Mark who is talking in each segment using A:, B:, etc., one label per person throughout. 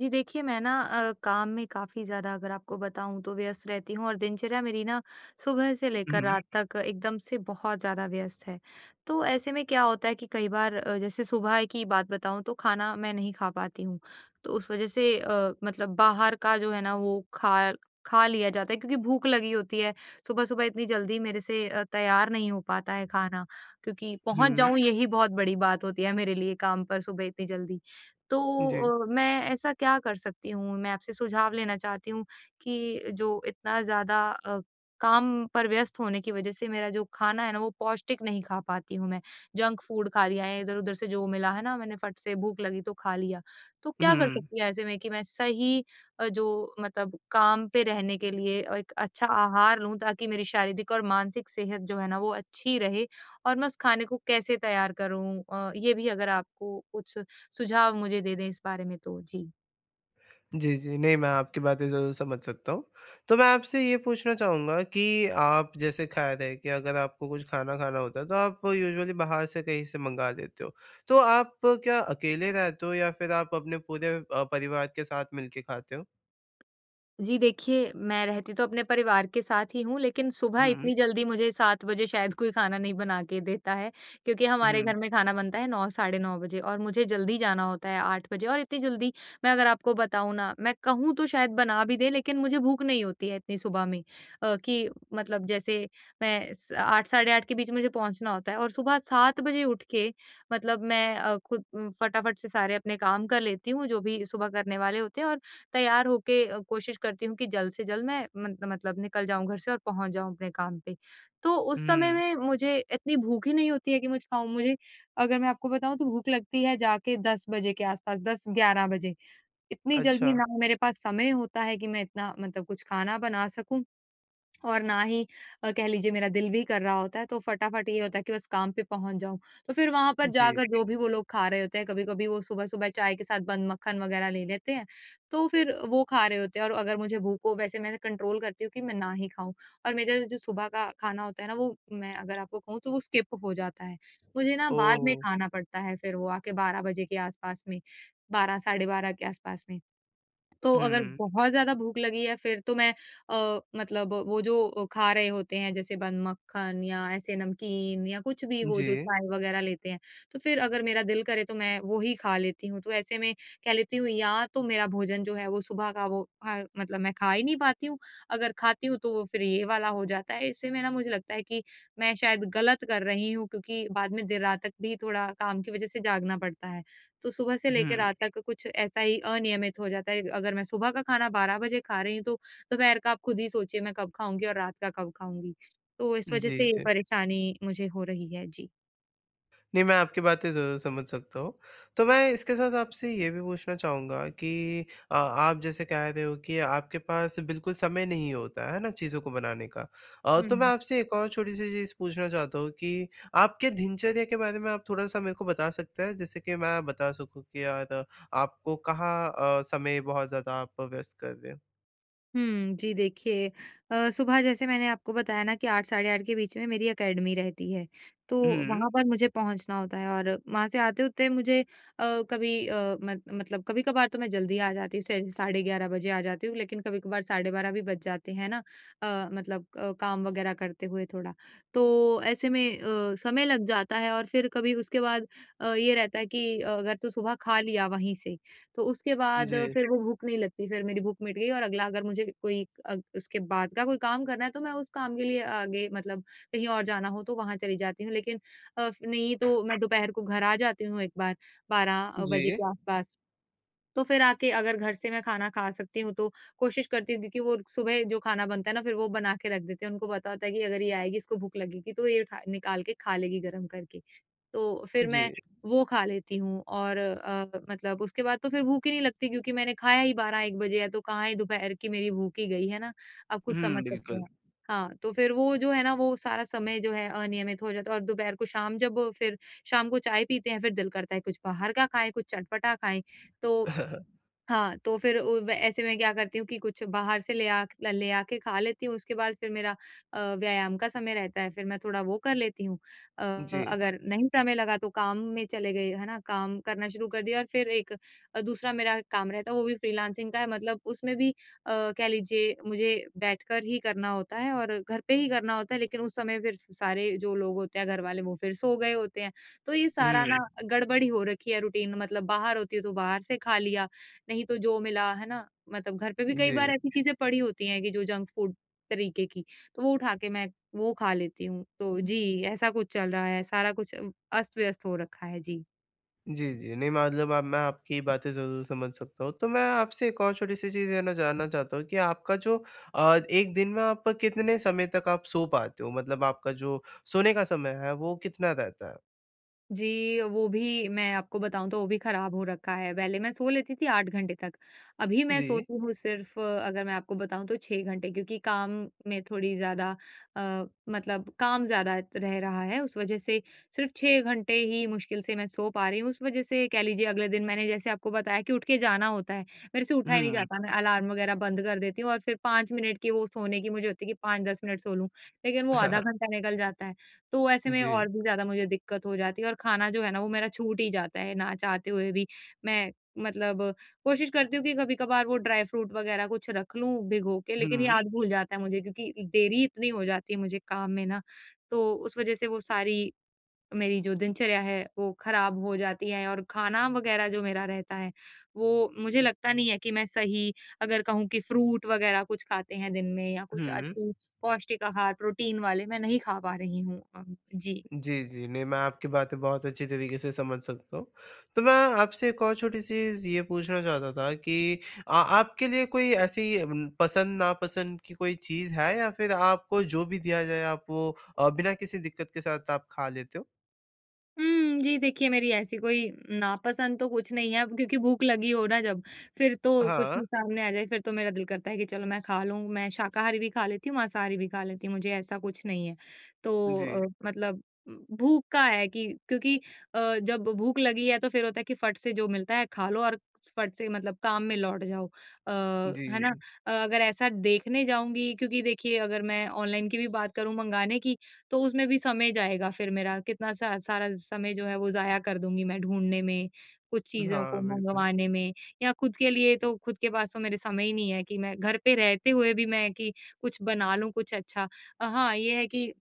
A: जी देखिए, मैं ना काम में काफ़ी ज़्यादा अगर आपको बताऊँ तो व्यस्त रहती हूँ और दिनचर्या मेरी ना सुबह से लेकर
B: हुँ,
A: रात तक एकदम से बहुत ज़्यादा व्यस्त है। तो ऐसे में क्या होता है कि कई बार जैसे सुबह की बात बताऊँ तो खाना मैं नहीं खा पाती हूँ। तो उस वज़ह से मतलब बाहर का जो है ना वो खा खा लिया जाता है क्योंकि भूख लगी होती है। सुबह-सुबह इतनी जल्दी मेरे से तैयार नहीं हो पाता है खाना, क्योंकि पहुँच
B: हुँ।
A: जाऊँ यही बहुत बड़ी बात होती है मेरे लिए काम पर सुबह इतनी जल्दी। तो
B: जी।
A: मैं ऐसा क्या कर सकती हूँ? मैं आपसे सुझाव लेना चाहती हूँ कि जो इतना ज़्यादा काम पर व्यस्त होने की वज़ह से मेरा जो खाना है ना, वो पौष्टिक नहीं खा पाती हूँ मैं। जंक फूड खा लिया है, इधर-उधर से जो मिला है ना, मैंने फट से भूख लगी तो खा लिया। तो क्या कर
B: हुँ।
A: सकती हूँ ऐसे में कि मैं सही जो मतलब काम पे रहने के लिए एक अच्छा आहार लूँ, ताकि मेरी शारीरिक और मानसिक सेहत जो है ना, वो अच्छी रहे और मैं उस खाने को कैसे तैयार करूँ? ये भी अगर आपको कुछ सुझाव मुझे दे दें इस बारे में तो? जी।
B: जी, जी। नहीं, मैं आपकी बातें ज़रूर समझ सकता हूँ। तो मैं आपसे ये पूछना चाहूँगा कि आप जैसे कह रहे कि अगर आपको कुछ खाना खाना होता है तो आप यूजुअली बाहर से कहीं से मँगा लेते हो। तो आप क्या अकेले रहते हो या फिर आप अपने पूरे परिवार के साथ मिलके खाते हो?
A: जी देखिए, मैं रहती तो अपने परिवार के साथ ही हूँ, लेकिन सुबह
B: हुँ,
A: इतनी जल्दी मुझे 7 बजे शायद कोई खाना नहीं बना के देता है, क्योंकि हमारे
B: हुँ,
A: घर में खाना बनता है 9 साढ़े 9 बजे और मुझे जल्दी जाना होता है 8 बजे। और इतनी जल्दी मैं अगर आपको बताऊँ ना, मैं कहूँ तो शायद बना भी दें, लेकिन मुझे भूख नहीं होती है इतनी सुबह में। कि मतलब जैसे मैं स 8 साढ़े 8 के बीच मुझे पहुँचना होता है और सुबह 7 बजे उठ के मतलब मैं खुद फटाफट से सारे अपने काम कर लेती हूँ, जो भी सुबह करने वाले होते हैं। और तैयार होके कोशिश करती हूँ कि जल्द से जल्द मैं मत मतलब निकल जाऊँ घर से और पहुँच जाऊँ अपने काम पे। तो उस समय
B: हुँ।
A: में मुझे इतनी भूख ही नहीं होती है कि मुझे खाऊँ मुझे अगर मैं आपको बताऊँ तो भूख लगती है जाके 10 बजे के आस-पास, 10-11 बजे। इतनी जल्दी
B: अच्छा।
A: ना मेरे पास समय होता है कि मैं इतना मतलब कुछ खाना बना सकूँ। और ना ही कह लीजिए मेरा दिल भी कर रहा होता है, तो फटाफट ये होता है कि बस काम पे पहुँच जाऊँ। तो फिर वहाँ पर
B: जी।
A: जाकर जो भी वो लोग खा रहे होते हैं, कभी-कभी वो सुबह-सुबह चाय के साथ बन मक्खन वग़ैरह ले लेते हैं, तो फिर वो खा रहे होते हैं और अगर मुझे भूख हो वैसे मैं कंट्रोल करती हूँ कि मैं ना ही खाऊँ। और मेरा जो सुबह का खाना होता है ना, वो मैं अगर आपको कहूँ तो वो स्किप हो जाता है। मुझे ना बाद में
B: ओह!
A: अच्छा खाना पड़ता है, फिर वो आके 12 बजे के आस-पास में, 12 साढ़े 12 के आस-पास में। तो अगर
B: हुँ।
A: बहुत ज़्यादा भूख लगी है फिर तो मैं मतलब वो जो खा रहे होते हैं जैसे बन मक्खन या ऐसे नमकीन या कुछ भी, वो
B: जी।
A: जो चाय वगैरह लेते हैं, तो फिर अगर मेरा दिल करे तो मैं वो ही खा लेती हूँ। तो ऐसे में कह लेती हूँ या तो मेरा भोजन जो है वो सुबह का, वो हाँ, मतलब मैं खा ही नहीं पाती हूँ, अगर खाती हूँ तो वो फिर ये वाला हो जाता है। इससे में ना मुझे लगता है कि मैं शायद गलत कर रही हूँ, क्योंकि बाद में देर रात तक भी थोड़ा काम की वज़ह से जागना पड़ता है। तो सुबह से लेकर
B: हुँ।
A: रात तक कुछ ऐसा ही अनियमित हो जाता है। अगर मैं सुबह का खाना 12 बजे खा रही हूँ, तो दोपहर का आप खुद ही सोचिए मैं कब खाऊँगी और रात का कब खाऊँगी? तो इस वजह
B: जी,
A: से ये
B: जी।
A: परेशानी मुझे हो रही है। जी।
B: नहीं, मैं आपकी बातें ज़रूर समझ सकता हूँ। तो मैं इसके साथ आपसे ये भी पूछना चाहूँगा कि आप जैसे कह रहे हो कि आपके पास बिल्कुल समय नहीं होता है ना? चीज़ों को बनाने का। तो मैं
A: हुँ।
B: आपसे एक और छोटी-सी चीज़ पूछना चाहता हूँ कि आपके दिनचर्या के बारे में आप थोड़ा-सा मेरे को बता सकते हैं? जिससे कि मैं बता सकूँ कि यार आपको कहाँ समय बहुत ज़्यादा आप व्यस्त कर रहे हो?
A: हुँ, जी देखिए, सुबह जैसे मैंने आपको बताया ना कि 8 साढ़े 8 के बीच में मेरी एकेडमी रहती है, तो
B: हुँ,
A: वहाँ पर मुझे पहुँचना होता है और वहाँ से आते-उते मुझे कभी मत मतलब कभी-कभार तो मैं जल्दी आ जाती हूँ, से साढ़े 11 बजे आ जाती हूँ, लेकिन कभी-कभार साढ़े 12 भी बज जाते हैं ना, मतलब काम वगैरह करते हुए थोड़ा। तो ऐसे में समय लग जाता है और फिर कभी उसके बाद ये रहता है कि अगर तो सुबह खा लिया वहीं से, तो उसके बाद
B: जी,
A: फिर वो भूख नहीं लगती, फिर मेरी भूख मिट गई। और अगला अगर मुझे कोई उसके बाद का कोई काम करना है तो मैं उस काम के लिए आगे मतलब कहीं और जाना हो तो वहाँ चली जाती हूँ। लेकिन नहीं तो मैं दोपहर को घर आ जाती हूँ एक बार, 12 बजे
B: जी,
A: के आसपास। तो फिर आके अगर घर से मैं खाना खा सकती हूँ तो कोशिश करती हूँ, क्योंकि वो सुबह जो खाना बनता है ना, फिर वो बना के रख देते हैं। उनको पता होता है कि अगर ये आएगी, इसको भूख लगेगी, तो ये उठा निकाल के खा लेगी गरम करके। तो फिर मैं
B: जी।
A: वो खा लेती हूँ, और मतलब उसके बाद तो फिर भूख ही नहीं लगती, क्योंकि मैंने खाया ही 12-1 बजे है, तो कहाँ ही दोपहर की मेरी भूख ही गई, है ना? आप खुद
B: हुँ,
A: समझ सकते
B: बिल्कुल।
A: हैं। हाँ, तो फिर वो जो है ना, वो सारा समय जो है अनियमित हो जाता है, और दोपहर को शाम जब फिर शाम को चाय पीते हैं, फिर दिल करता है कुछ बाहर का खाएँ, कुछ चटपटा खाएँ, तो हाँ, तो फिर उ व ऐसे में क्या करती हूँ कि कुछ बाहर से ले आके खा लेती हूँ, उसके बाद फिर मेरा व्यायाम का समय रहता है, फिर मैं थोड़ा वो कर लेती हूँ। अ,
B: जी,
A: अगर नहीं समय लगा तो काम में चले गए, है ना? काम करना शुरू कर दिया, और फिर एक दूसरा मेरा काम रहता है, वो भी फ्रीलांसिंग का है, मतलब उसमें भी कह लीजिए मुझे बैठकर ही करना होता है और घर पे ही करना होता है, लेकिन उस समय फिर सारे जो लोग होते हैं, घर वाले, वो फिर सो गए होते हैं। तो ये सारा ना
B: हुँ,
A: गड़बड़ी हो रखी है रूटीन, मतलब बाहर होती हूँ तो बाहर से खा लिया, नहीं तो जो मिला, है ना? मतलब घर पे भी कई
B: जी।
A: बार ऐसी चीज़ें पड़ी होती हैं कि जो जंक फूड तरीके की, तो वो उठा के मैं वो खा लेती हूँ। तो जी, ऐसा कुछ चल रहा है, सारा कुछ अस्त-व्यस्त हो रखा है। जी।
B: जी, जी। नहीं मतलब अब मैं आपकी बातें ज़रूर समझ सकता हूँ। तो मैं आपसे एक और छोटी-सी चीज़ है ना जानना चाहता हूँ कि आपका जो एक दिन में आप कितने समय तक आप सो पाते हो? मतलब आपका जो सोने का समय है वो कितना रहता है?
A: जी, वो भी मैं आपको बताऊँ तो वो भी खराब हो रखा है। पहले मैं सो लेती थी 8 घंटे तक, अभी मैं
B: जी।
A: सोती हूँ सिर्फ़ अगर मैं आपको बताऊँ तो 6 घंटे, क्योंकि काम में थोड़ी ज़्यादा मतलब काम ज़्यादा रह रहा है, उस वज़ह से सिर्फ़ 6 घंटे ही मुश्किल से मैं सो पा रही हूँ। उस वज़ह से कह लीजिए अगले दिन मैंने जैसे आपको बताया कि उठ के जाना होता है, मेरे से उठा ही नहीं
B: हुँ।
A: जाता, मैं अलार्म वग़ैरह बंद कर देती हूँ और फिर 5 मिनट की वो सोने की मुझे होती है कि 5-10 मिनट सो लूँ, लेकिन वो आधा घंटा निकल जाता है। तो ऐसे में
B: जी।
A: और भी ज़्यादा मुझे दिक्कत हो जाती है, और खाना जो है ना वो मेरा छूट ही जाता है ना चाहते हुए भी। मैं मतलब कोशिश करती हूँ कि कभी-कभार वो ड्राई फ्रूट वग़ैरह कुछ रख लूँ भिगो के, लेकिन
B: हुँ।
A: याद भूल जाता है मुझे, क्योंकि देरी इतनी हो जाती है मुझे काम में ना, तो उस वज़ह से वो सारी मेरी जो दिनचर्या है वो खराब हो जाती है, और खाना वगैरह जो मेरा रहता है वो मुझे लगता नहीं है कि मैं सही, अगर कहूँ कि फ्रूट वगैरह कुछ खाते हैं दिन में या कुछ
B: हुँ।
A: अच्छी पौष्टिक आहार प्रोटीन वाले मैं नहीं खा पा रही हूँ। जी।
B: जी, जी। नहीं, मैं आपकी बातें बहुत अच्छी तरीके से समझ सकता हूँ। तो मैं आपसे एक और छोटी-सी चीज़ ये पूछना चाहता था कि आपके लिए कोई ऐसी पसंद-नापसंद की कोई चीज़ है या फिर आपको जो भी दिया जाए आप वो बिना किसी दिक्कत के साथ आप खा लेते हो?
A: हुँ, जी देखिए, मेरी ऐसी कोई नापसंद तो कुछ नहीं है, अब क्योंकि भूख लगी हो ना जब, फिर तो कुछ
B: हाँ।
A: भी सामने आ जाए फिर तो मेरा दिल करता है कि चलो मैं खा लूँ, मैं शाकाहारी भी खा लेती हूँ, मांसाहारी भी खा लेती हूँ, मुझे ऐसा कुछ नहीं है। तो
B: जी।
A: मतलब भूख का है कि, क्योंकि जब भूख लगी है तो फिर होता है कि फट से जो मिलता है खा लो, और फट से मतलब काम में लौट जाओ। अ, है ना?
B: जी।
A: अगर ऐसा देखने जाऊँगी, क्योंकि देखिए अगर मैं ऑनलाइन की भी बात करूँ मंगाने की, तो उसमें भी समय जाएगा फिर मेरा, कितना सा सारा समय जो है वो ज़ाया कर दूँगी मैं ढूँढने में, कुछ चीज़ों
B: हाँ,
A: को
B: बिल्कुल।
A: मँगवाने में, या खुद के लिए तो खुद के पास तो मेरे समय ही नहीं है कि मैं घर पे रहते हुए भी मैं कि कुछ बना लूँ कुछ अच्छा। हाँ, ये है कि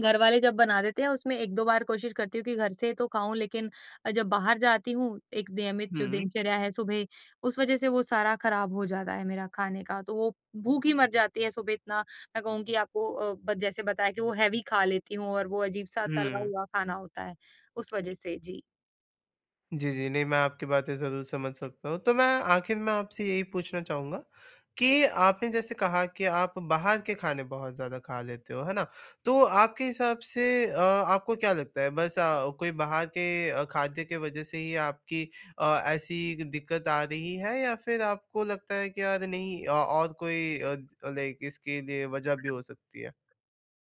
A: घरवाले जब बना देते हैं उसमें 1-2 बार कोशिश करती हूँ कि घर से तो खाऊँ, लेकिन जब बाहर जाती हूँ, एक नियमित जो
B: हुँ।
A: दिनचर्या है सुबह, उस वज़ह से वो सारा खराब हो जाता है मेरा खाने का। तो वो भूख ही मर जाती है सुबह इतना, मैं कहूँगी आपको ब जैसे बताया कि वो हेवी खा लेती हूँ और वो अजीब-सा तला
B: हुँ।
A: हुआ खाना होता है, उस वज़ह से। जी।
B: जी, जी। नहीं, मैं आपकी बातें ज़रूर समझ सकता हूँ। तो मैं आखिर में आपसे यही पूछना चाहूँगा कि आपने जैसे कहा कि आप बाहर के खाने बहुत ज़्यादा खा लेते हो, है ना? तो आपके हिसाब से आपको क्या लगता है बस कोई बाहर के खाद्य के वज़ह से ही आपकी ऐसी दिक्कत आ रही है या फिर आपको लगता है कि यार नहीं और कोई लाइक इसके लिए वज़ह भी हो सकती है?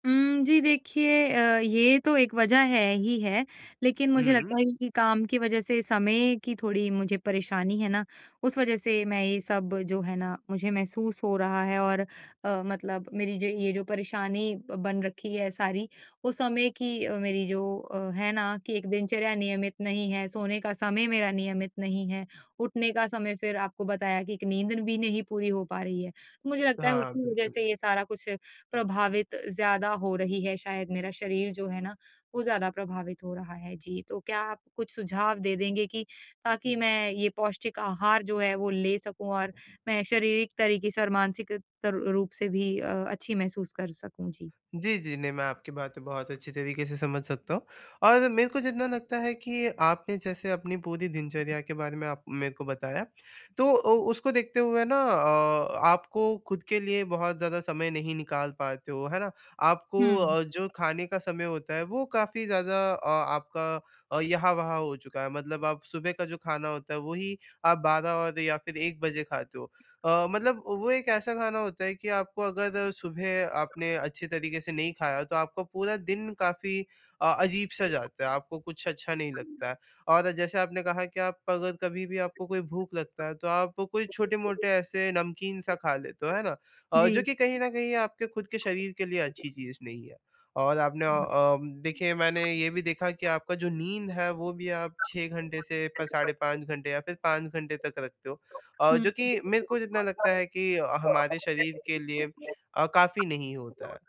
A: जी देखिए, ये तो एक वजह है ही है, लेकिन मुझे
B: हुँ।
A: लगता है कि काम की वजह से समय की थोड़ी मुझे परेशानी है ना, उस वजह से मैं ये सब जो है ना मुझे महसूस हो रहा है, और मतलब मेरी जो ये जो परेशानी बन रखी है सारी, वो समय की मेरी जो है ना कि एक दिनचर्या नियमित नहीं है, सोने का समय मेरा नियमित नहीं है, उठने का समय फिर आपको बताया कि एक नींद भी नहीं पूरी हो पा रही है। तो मुझे लगता है
B: हाँ,
A: उसकी वजह
B: बिल्कुल।
A: से ये सारा कुछ प्रभावित ज़्यादा हो रही है, शायद मेरा शरीर जो है ना, वो ज़्यादा प्रभावित हो रहा है। जी, तो क्या आप कुछ सुझाव दे देंगे कि ताकि मैं ये पौष्टिक आहार जो है वो ले सकूँ, और मैं शारीरिक तरीके से और मानसिक तर रूप से भी अच्छी महसूस कर सकूँ? जी।
B: जी, जी। नहीं, मैं आपकी बातें बहुत अच्छी तरीके से समझ सकता हूँ और मेरे को जितना लगता है कि आपने जैसे अपनी पूरी दिनचर्या के बारे में आप मेरे को बताया, तो उसको देखते हुए ना आपको खुद के लिए बहुत ज़्यादा समय नहीं निकाल पाते हो, है ना? आपको
A: हुँ,
B: जो खाने का समय होता है, वो काफ़ी ज़्यादा आपका यहाँ-वहाँ हो चुका है। मतलब आप सुबह का जो खाना होता है, वही आप 12 और या फिर 1 बजे खाते हो। मतलब वो एक ऐसा खाना होता है कि आपको अगर सुबह आपने अच्छे तरीके से नहीं खाया तो आपका पूरा दिन काफ़ी अजीब-सा जाता है, आपको कुछ अच्छा नहीं लगता है। और जैसे आपने कहा कि आप अगर कभी भी आपको कोई भूख लगता है तो आप कोई छोटे-मोटे ऐसे नमकीन-सा खा लेते हो, है ना? जो
A: जी।
B: कि कहीं न कहीं आपके खुद के शरीर के लिए अच्छी चीज़ नहीं है। और आपने देखिए मैंने ये भी देखा कि आपका जो नींद है वो भी आप 6 घंटे से प साढ़े 5 घंटे या फिर 5 घंटे तक रखते हो।
A: हुँ,
B: जो
A: हुँ,
B: कि मेरे को जितना लगता है कि हमारे शरीर के लिए काफ़ी नहीं होता है।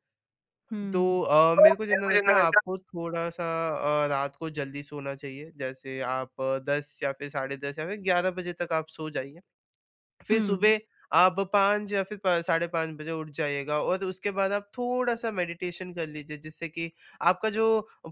B: तो
A: हुँ।
B: मेरे को जितना लगता है आपको थोड़ा-सा रात को जल्दी सोना चाहिए। जैसे आप 10 या फिर साढ़े 10 या फिर 11 बजे तक आप सो जाइए। फिर सुबह आप 5 या फिर साढ़े 5 बजे उठ जाइएगा और उसके बाद आप थोड़ा सा मेडिटेशन कर लीजिए जिससे कि आपका जो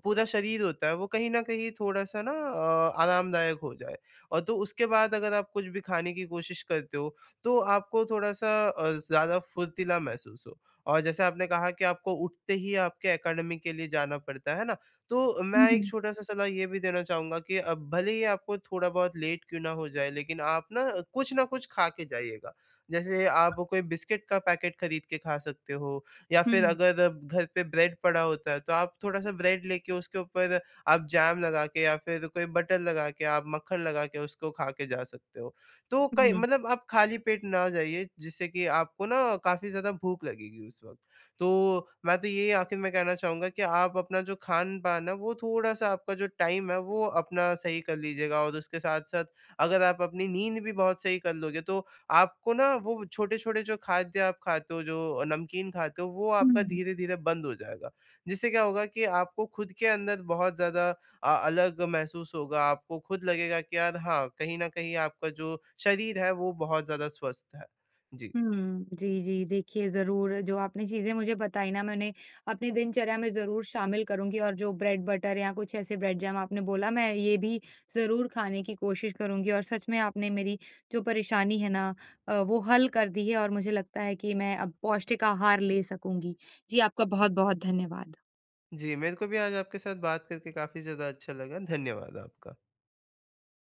B: पूरा शरीर होता है वो कहीं ना कहीं थोड़ा सा ना आरामदायक हो जाए। और तो उसके बाद अगर आप कुछ भी खाने की कोशिश करते हो तो आपको थोड़ा सा ज़्यादा फुर्तीला महसूस हो। और जैसे आपने कहा कि आपको उठते ही आपके एकेडमी के लिए जाना पड़ता है ना, तो
A: हुँ,
B: मैं एक
A: हुँ,
B: छोटा-सा सलाह ये भी देना चाहूँगा कि भले ही आपको थोड़ा बहुत लेट क्यों ना हो जाए, लेकिन आप ना कुछ खा के जाइएगा। जैसे आप कोई बिस्किट का पैकेट खरीद के खा सकते हो या फिर
A: हुँ,
B: अगर घर पे ब्रेड पड़ा होता है, तो आप थोड़ा-सा ब्रेड लेके उसके ऊपर आप जैम लगा के या फिर कोई बटर लगा के, आप मक्खन लगा के उसको खा के जा सकते हो। तो कई
A: हुँ,
B: मतलब आप खाली पेट ना जाइए, जिससे कि आपको ना काफ़ी ज़्यादा भूख लगेगी उस वक़्त। तो मैं तो ये आखिर में कहना चाहूँगा कि आप अपना जो खान-पान है, वो थोड़ा-सा आपका जो टाइम है, वो अपना सही कर लीजिएगा और उसके साथ-साथ अगर आप अपनी नींद भी बहुत सही कर लोगे, तो आपको ना वो छोटे-छोटे जो खाद्य आप खाते हो, जो नमकीन खाते हो, वो आपका
A: हुँ।
B: धीरे-धीरे बंद हो जाएगा। जिससे क्या होगा कि आपको खुद के अंदर बहुत ज़्यादा अलग महसूस होगा, आपको खुद लगेगा कि यार हाँ, कहीं न कहीं आपका जो शरीर है, वो बहुत ज़्यादा स्वस्थ है। जी।
A: हुँ। जी, जी। देखिए, ज़रूर जो आपने चीज़ें मुझे बताई ना, मैं उन्हें अपनी दिनचर्या में ज़रूर शामिल करूँगी, और जो ब्रेड बटर या कुछ ऐसे ब्रेड जैम आपने बोला, मैं ये भी ज़रूर खाने की कोशिश करूँगी, और सच में आपने मेरी जो परेशानी है ना वो हल कर दी है, और मुझे लगता है कि मैं अब पौष्टिक आहार ले सकूँगी। जी, आपका बहुत-बहुत धन्यवाद।
B: जी, मेरे को भी आज आपके साथ बात करके काफ़ी ज़्यादा अच्छा लगा। धन्यवाद आपका।